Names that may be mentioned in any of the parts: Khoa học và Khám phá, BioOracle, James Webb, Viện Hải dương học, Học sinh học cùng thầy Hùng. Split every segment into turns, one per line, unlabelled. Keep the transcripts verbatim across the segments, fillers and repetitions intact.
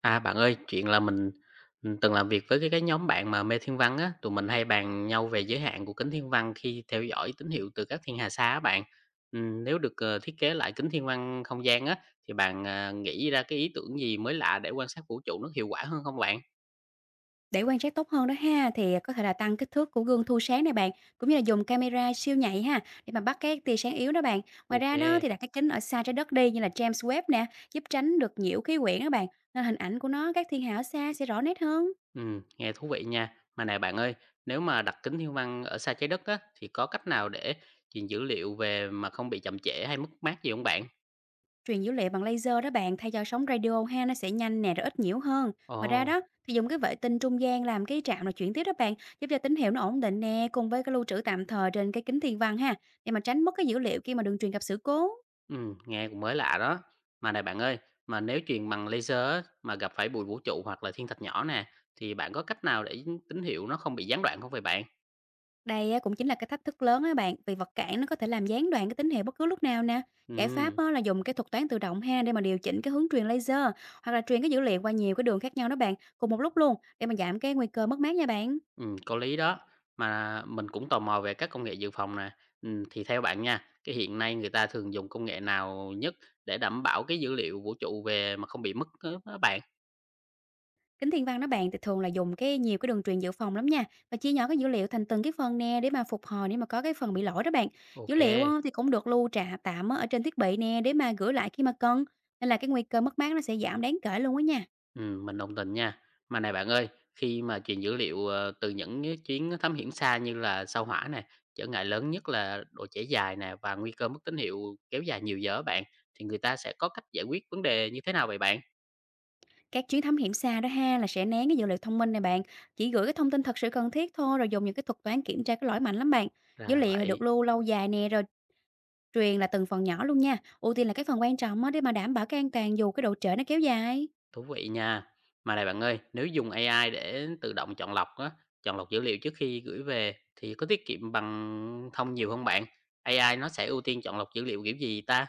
À, bạn ơi, chuyện là mình, ừm, từng làm việc với cái cái nhóm bạn mà mê thiên văn á, tụi mình hay bàn nhau về giới hạn của kính thiên văn khi theo dõi tín hiệu từ các thiên hà xa á bạn. Ừm, nếu được, ờ, thiết kế lại kính thiên văn không gian á, thì bạn, à, nghĩ ra cái ý tưởng gì mới lạ để quan sát vũ trụ nó hiệu quả hơn không bạn?
Để quan sát tốt hơn đó ha, thì à, có thể là tăng kích thước của gương thu sáng này bạn, cũng như là dùng camera siêu nhạy ha, để mà bắt cái tia sáng yếu đó bạn. Ngoài
OK,
ra
kê,
đó thì đặt cái kính ở xa trái đất đi như là James Webb nè, giúp tránh được nhiễu khí quyển đó bạn. Nên hình ảnh của nó các thiên hà ở xa sẽ rõ nét hơn.
nghe thú vị nha. Mà này bạn ơi, nếu mà đặt kính thiên văn ở xa trái đất á, thì có cách nào để truyền dữ liệu về mà không bị chậm trễ hay mất mát gì không bạn?
Truyền dữ liệu bằng laser đó bạn thay cho sóng radio ha, nó sẽ nhanh nè rồi ít nhiễu hơn.
Ồ.
Ngoài ra đó thì dùng cái vệ tinh trung gian làm cái trạm là chuyển tiếp đó bạn, giúp cho tín hiệu nó ổn định nè, cùng với cái lưu trữ tạm thời trên cái kính thiên văn ha, để mà tránh mất cái dữ liệu khi mà đường truyền gặp sự cố.
Ừm, nghe cũng mới lạ đó. Mà này bạn ơi, mà nếu truyền bằng laser á, mà gặp phải bụi vũ trụ hoặc là thiên thạch nhỏ nè, thì bạn có cách nào để tín hiệu nó không bị gián đoạn không vậy bạn?
Đây á, cũng chính là cái thách thức lớn á bạn, vì vật cản nó có thể làm gián đoạn cái tín hiệu bất cứ lúc nào nè. Giải pháp
Ừm,
á, là dùng cái thuật toán tự động ha để mà điều chỉnh cái hướng truyền laser, hoặc là truyền cái dữ liệu qua nhiều cái đường khác nhau đó bạn, cùng một lúc luôn để mà giảm cái nguy cơ mất mát nha bạn.
ừm, có lý đó. Mà mình cũng tò mò về các công nghệ dự phòng nè. Ừm, thì theo bạn nha, cái hiện nay người ta thường dùng công nghệ nào nhất để đảm bảo cái dữ liệu vũ trụ về mà không bị mất á á bạn?
Kính thiên văn đó bạn thì thường là dùng cái nhiều cái đường truyền dự phòng lắm nha, và chia nhỏ cái dữ liệu thành từng cái phần nè để mà phục hồi nếu mà có cái phần bị lỗi đó bạn. Dữ
Ok.
liệu á, thì cũng được lưu trà tạm á, ở trên thiết bị nè để mà gửi lại khi mà cần. Nên là cái nguy cơ mất mát nó sẽ giảm đáng kể luôn á nha.
Ừm, mình đồng tình nha. Mà này bạn ơi, khi mà truyền dữ liệu, ờ, từ những cái chuyến thám hiểm xa như là sao Hỏa nè, trở ngại lớn nhất là độ trễ dài nè và nguy cơ mất tín hiệu kéo dài nhiều giờ á bạn, thì người ta sẽ có cách giải quyết vấn đề như thế nào vậy bạn?
Các chuyến thám hiểm xa đó ha là sẽ nén cái dữ liệu thông minh này bạn, chỉ gửi cái thông tin thật sự cần thiết thôi, rồi dùng những cái thuật toán kiểm tra cái lỗi mạnh lắm bạn.
Ra
Dữ
là
liệu thì được
vậy,
lưu lâu dài nè, rồi truyền là từng phần nhỏ luôn nha. Ưu tiên là cái phần quan trọng á, để mà đảm bảo cái an toàn dù cái độ trễ nó kéo dài.
thú vị nha. Mà này bạn ơi, nếu dùng a i để tự động chọn lọc á, chọn lọc dữ liệu trước khi gửi về thì có tiết kiệm bằng thông nhiều không bạn? a i nó sẽ ưu tiên chọn lọc dữ liệu kiểu gì ta?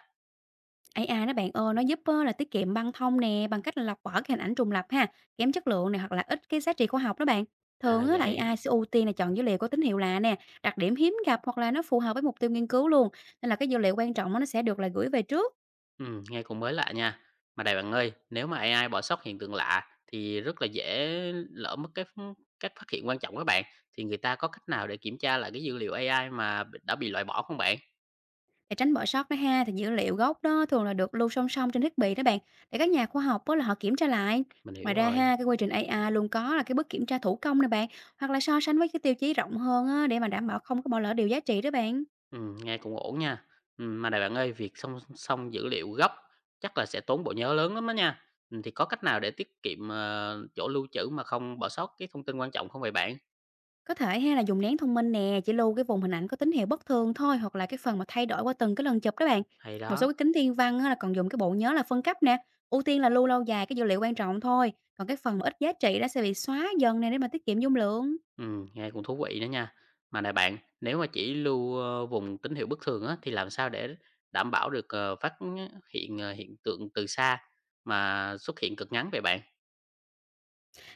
a i đó bạn ơi, nó giúp á, là tiết kiệm băng thông nè bằng cách là lọc bỏ cái hình ảnh trùng lập ha, kém chất lượng này, hoặc là ít cái giá trị khoa học đó bạn.
Ra là
Thường á, là
vậy.
ây ai sẽ ưu tiên là chọn dữ liệu có tín hiệu lạ nè, đặc điểm hiếm gặp, hoặc là nó phù hợp với mục tiêu nghiên cứu luôn. Nên là cái dữ liệu quan trọng á, nó sẽ được là gửi về trước.
Ừm, nghe cũng mới lạ nha. Mà này bạn ơi, nếu mà a i bỏ sót hiện tượng lạ thì rất là dễ lỡ mất cái ph- các phát hiện quan trọng các bạn. Thì người ta có cách nào để kiểm tra lại cái dữ liệu a i mà bị- đã bị loại bỏ không bạn?
Để tránh bỏ sót đó ha, thì dữ liệu gốc đó thường là được lưu song song trên thiết bị đó bạn, để các nhà khoa học đó là họ kiểm tra lại.
Mình hiểu
Ngoài ra
rồi.
ha, cái quy trình ây ai luôn có là cái bước kiểm tra thủ công nè bạn, hoặc là so sánh với cái tiêu chí rộng hơn á, để mà đảm bảo không có bỏ lỡ điều giá trị đó bạn.
Ừm, nghe cũng ổn nha. Ừm, mà này bạn ơi, việc song song dữ liệu gốc chắc là sẽ tốn bộ nhớ lớn lắm đó nha. Ừm, thì có cách nào để tiết kiệm ờ, chỗ lưu trữ mà không bỏ sót cái thông tin quan trọng không vậy bạn?
Có thể ha là dùng nén thông minh nè, chỉ lưu cái vùng hình ảnh có tín hiệu bất thường thôi, hoặc là cái phần mà thay đổi qua từng cái lần chụp đó bạn.
Hay
Một số
đó.
cái kính thiên văn á, là còn dùng cái bộ nhớ là phân cấp nè, ưu tiên là lưu lâu dài cái dữ liệu quan trọng thôi, còn cái phần mà ít giá trị đó sẽ bị xóa dần nè để mà tiết kiệm dung lượng.
Ừm, nghe cũng thú vị đó nha. Mà này bạn, nếu mà chỉ lưu, ơ, vùng tín hiệu bất thường á, thì làm sao để đảm bảo được, ờ, phát hiện, ờ, hiện tượng từ xa mà xuất hiện cực ngắn vậy bạn?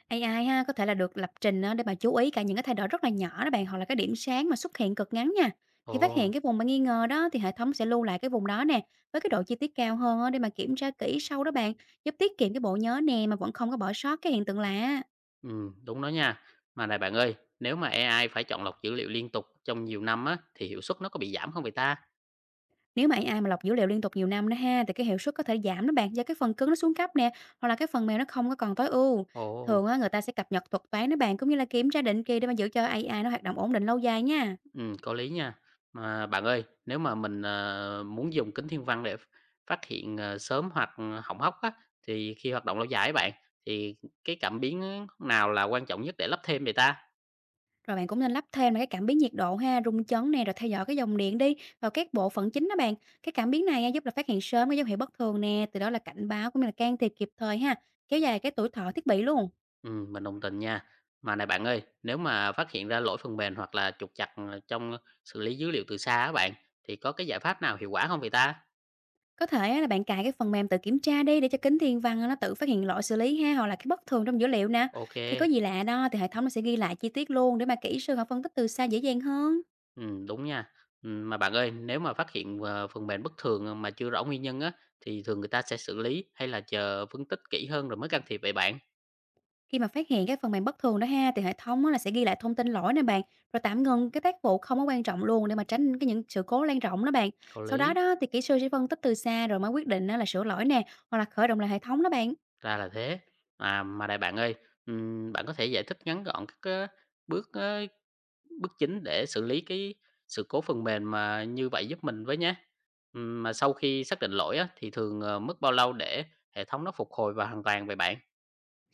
a i ha, có thể là được lập trình á, để mà chú ý cả những cái thay đổi rất là nhỏ đó bạn, hoặc là cái điểm sáng mà xuất hiện cực ngắn nha. Khi phát
Ồ,
hiện cái vùng mà nghi ngờ đó, thì hệ thống sẽ lưu lại cái vùng đó nè, với cái độ chi tiết cao hơn á, để mà kiểm tra kỹ sau đó bạn, giúp tiết kiệm cái bộ nhớ nè mà vẫn không có bỏ sót cái hiện tượng lạ.
ừm, đúng đó nha. Mà này bạn ơi, nếu mà E.I phải chọn lọc dữ liệu liên tục trong nhiều năm á, thì hiệu suất nó có bị giảm không vậy ta?
Nếu mà a i mà lọc dữ liệu liên tục nhiều năm đó ha, thì cái hiệu suất có thể giảm đó bạn, do cái phần cứng nó xuống cấp nè, hoặc là cái phần mềm nó không có còn tối ưu.
Ồ.
Thường á, người ta sẽ cập nhật thuật toán đó bạn, cũng như là kiểm tra định kỳ để mà giữ cho a i nó hoạt động ổn định lâu dài nha.
Ừm, có lý nha. Mà bạn ơi, nếu mà mình, ờ, muốn dùng kính thiên văn để ph phát hiện, ờ, sớm hoặc ờ, hỏng hóc á, thì khi hoạt động lâu dài ấy bạn, thì cái cảm biến nào là quan trọng nhất để lắp thêm vậy ta?
Rồi bạn cũng nên lắp thêm là cái cảm biến nhiệt độ ha, rung chấn nè, rồi theo dõi cái dòng điện đi vào các bộ phận chính đó bạn. Cái cảm biến này á, giúp là phát hiện sớm cái dấu hiệu bất thường nè, từ đó là cảnh báo cũng như là can thiệp kịp thời ha, kéo dài cái tuổi thọ thiết bị luôn.
Ừm, mình đồng tình nha. Mà này bạn ơi, nếu mà phát hiện ra lỗi phần mềm hoặc là trục trặc, ờ, trong xử lý dữ liệu từ xa á bạn, thì có cái giải pháp nào hiệu quả không vậy ta?
Có thể á, là bạn cài cái phần mềm tự kiểm tra đi để cho kính thiên văn á, nó tự phát hiện lỗi xử lý ha, hoặc là cái bất thường trong dữ liệu nè. Khi có
OK.
gì lạ đó, thì hệ thống nó sẽ ghi lại chi tiết luôn để mà kỹ sư họ phân tích từ xa dễ dàng hơn.
Ừm, đúng nha. Ừm, mà bạn ơi, nếu mà phát hiện, ờ, phần mềm bất thường mà chưa rõ nguyên nhân á, thì thường người ta sẽ xử lý hay là chờ phân tích kỹ hơn rồi mới can thiệp vậy bạn?
Khi mà phát hiện cái phần mềm bất thường đó ha, thì hệ thống á là sẽ ghi lại thông tin lỗi nè bạn, rồi tạm ngừng cái tác vụ không có quan trọng luôn để mà tránh cái những sự cố lan rộng đó bạn.
Có
Sau đó
lý.
đó thì kỹ sư sẽ phân tích từ xa, rồi mới quyết định á là sửa lỗi nè, hoặc là khởi động lại hệ thống đó bạn.
Ra là thế. À, mà này bạn ơi, ừm, bạn có thể giải thích ngắn gọn các cái bước á bước chính để xử lý cái sự cố phần mềm mà như vậy giúp mình với nhé. Ừm, mà sau khi xác định lỗi á, thì thường, ờ, mất bao lâu để hệ thống nó phục hồi và hoàn toàn vậy bạn?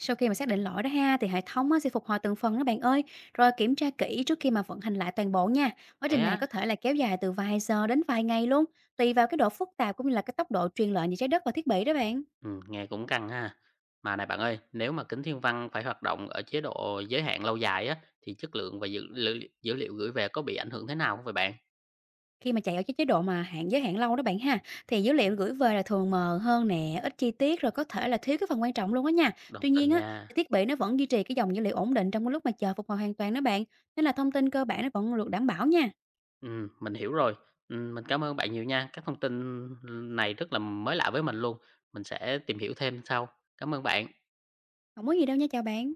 Sau khi mà xác định lỗi đó ha, thì hệ thống á sẽ phục hồi từng phần đó bạn ơi, rồi kiểm tra kỹ trước khi mà vận hành lại toàn bộ nha. Quá
Thế
trình này
á?
có thể là kéo dài từ vài giờ đến vài ngày luôn, tùy vào cái độ phức tạp cũng như là cái tốc độ truyền lệnh giữa trái đất và thiết bị đó bạn.
Ừm, nghe cũng căng ha. Mà này bạn ơi, nếu mà kính thiên văn phải hoạt động ở chế độ giới hạn lâu dài á, thì chất lượng và dữ liệu dữ liệu gửi về có bị ảnh hưởng thế nào không vậy bạn?
Khi mà chạy ở cái chế độ mà hạn giới hạn lâu đó bạn ha, thì dữ liệu gửi về là thường mờ hơn nè, ít chi tiết, rồi có thể là thiếu cái phần quan trọng luôn á nha.
Đồng
Tuy
tình
nhiên á, thì
nha.
thiết bị nó vẫn duy trì cái dòng dữ liệu ổn định trong cái lúc mà chờ phục hồi hoàn toàn đó bạn. Nên là thông tin cơ bản nó vẫn được đảm bảo nha.
Ừm, mình hiểu rồi. Ừm, mình cảm ơn bạn nhiều nha. Các thông tin này rất là mới lạ với mình luôn. Mình sẽ tìm hiểu thêm sau. Cảm ơn bạn.
Không có gì đâu nha, chào bạn.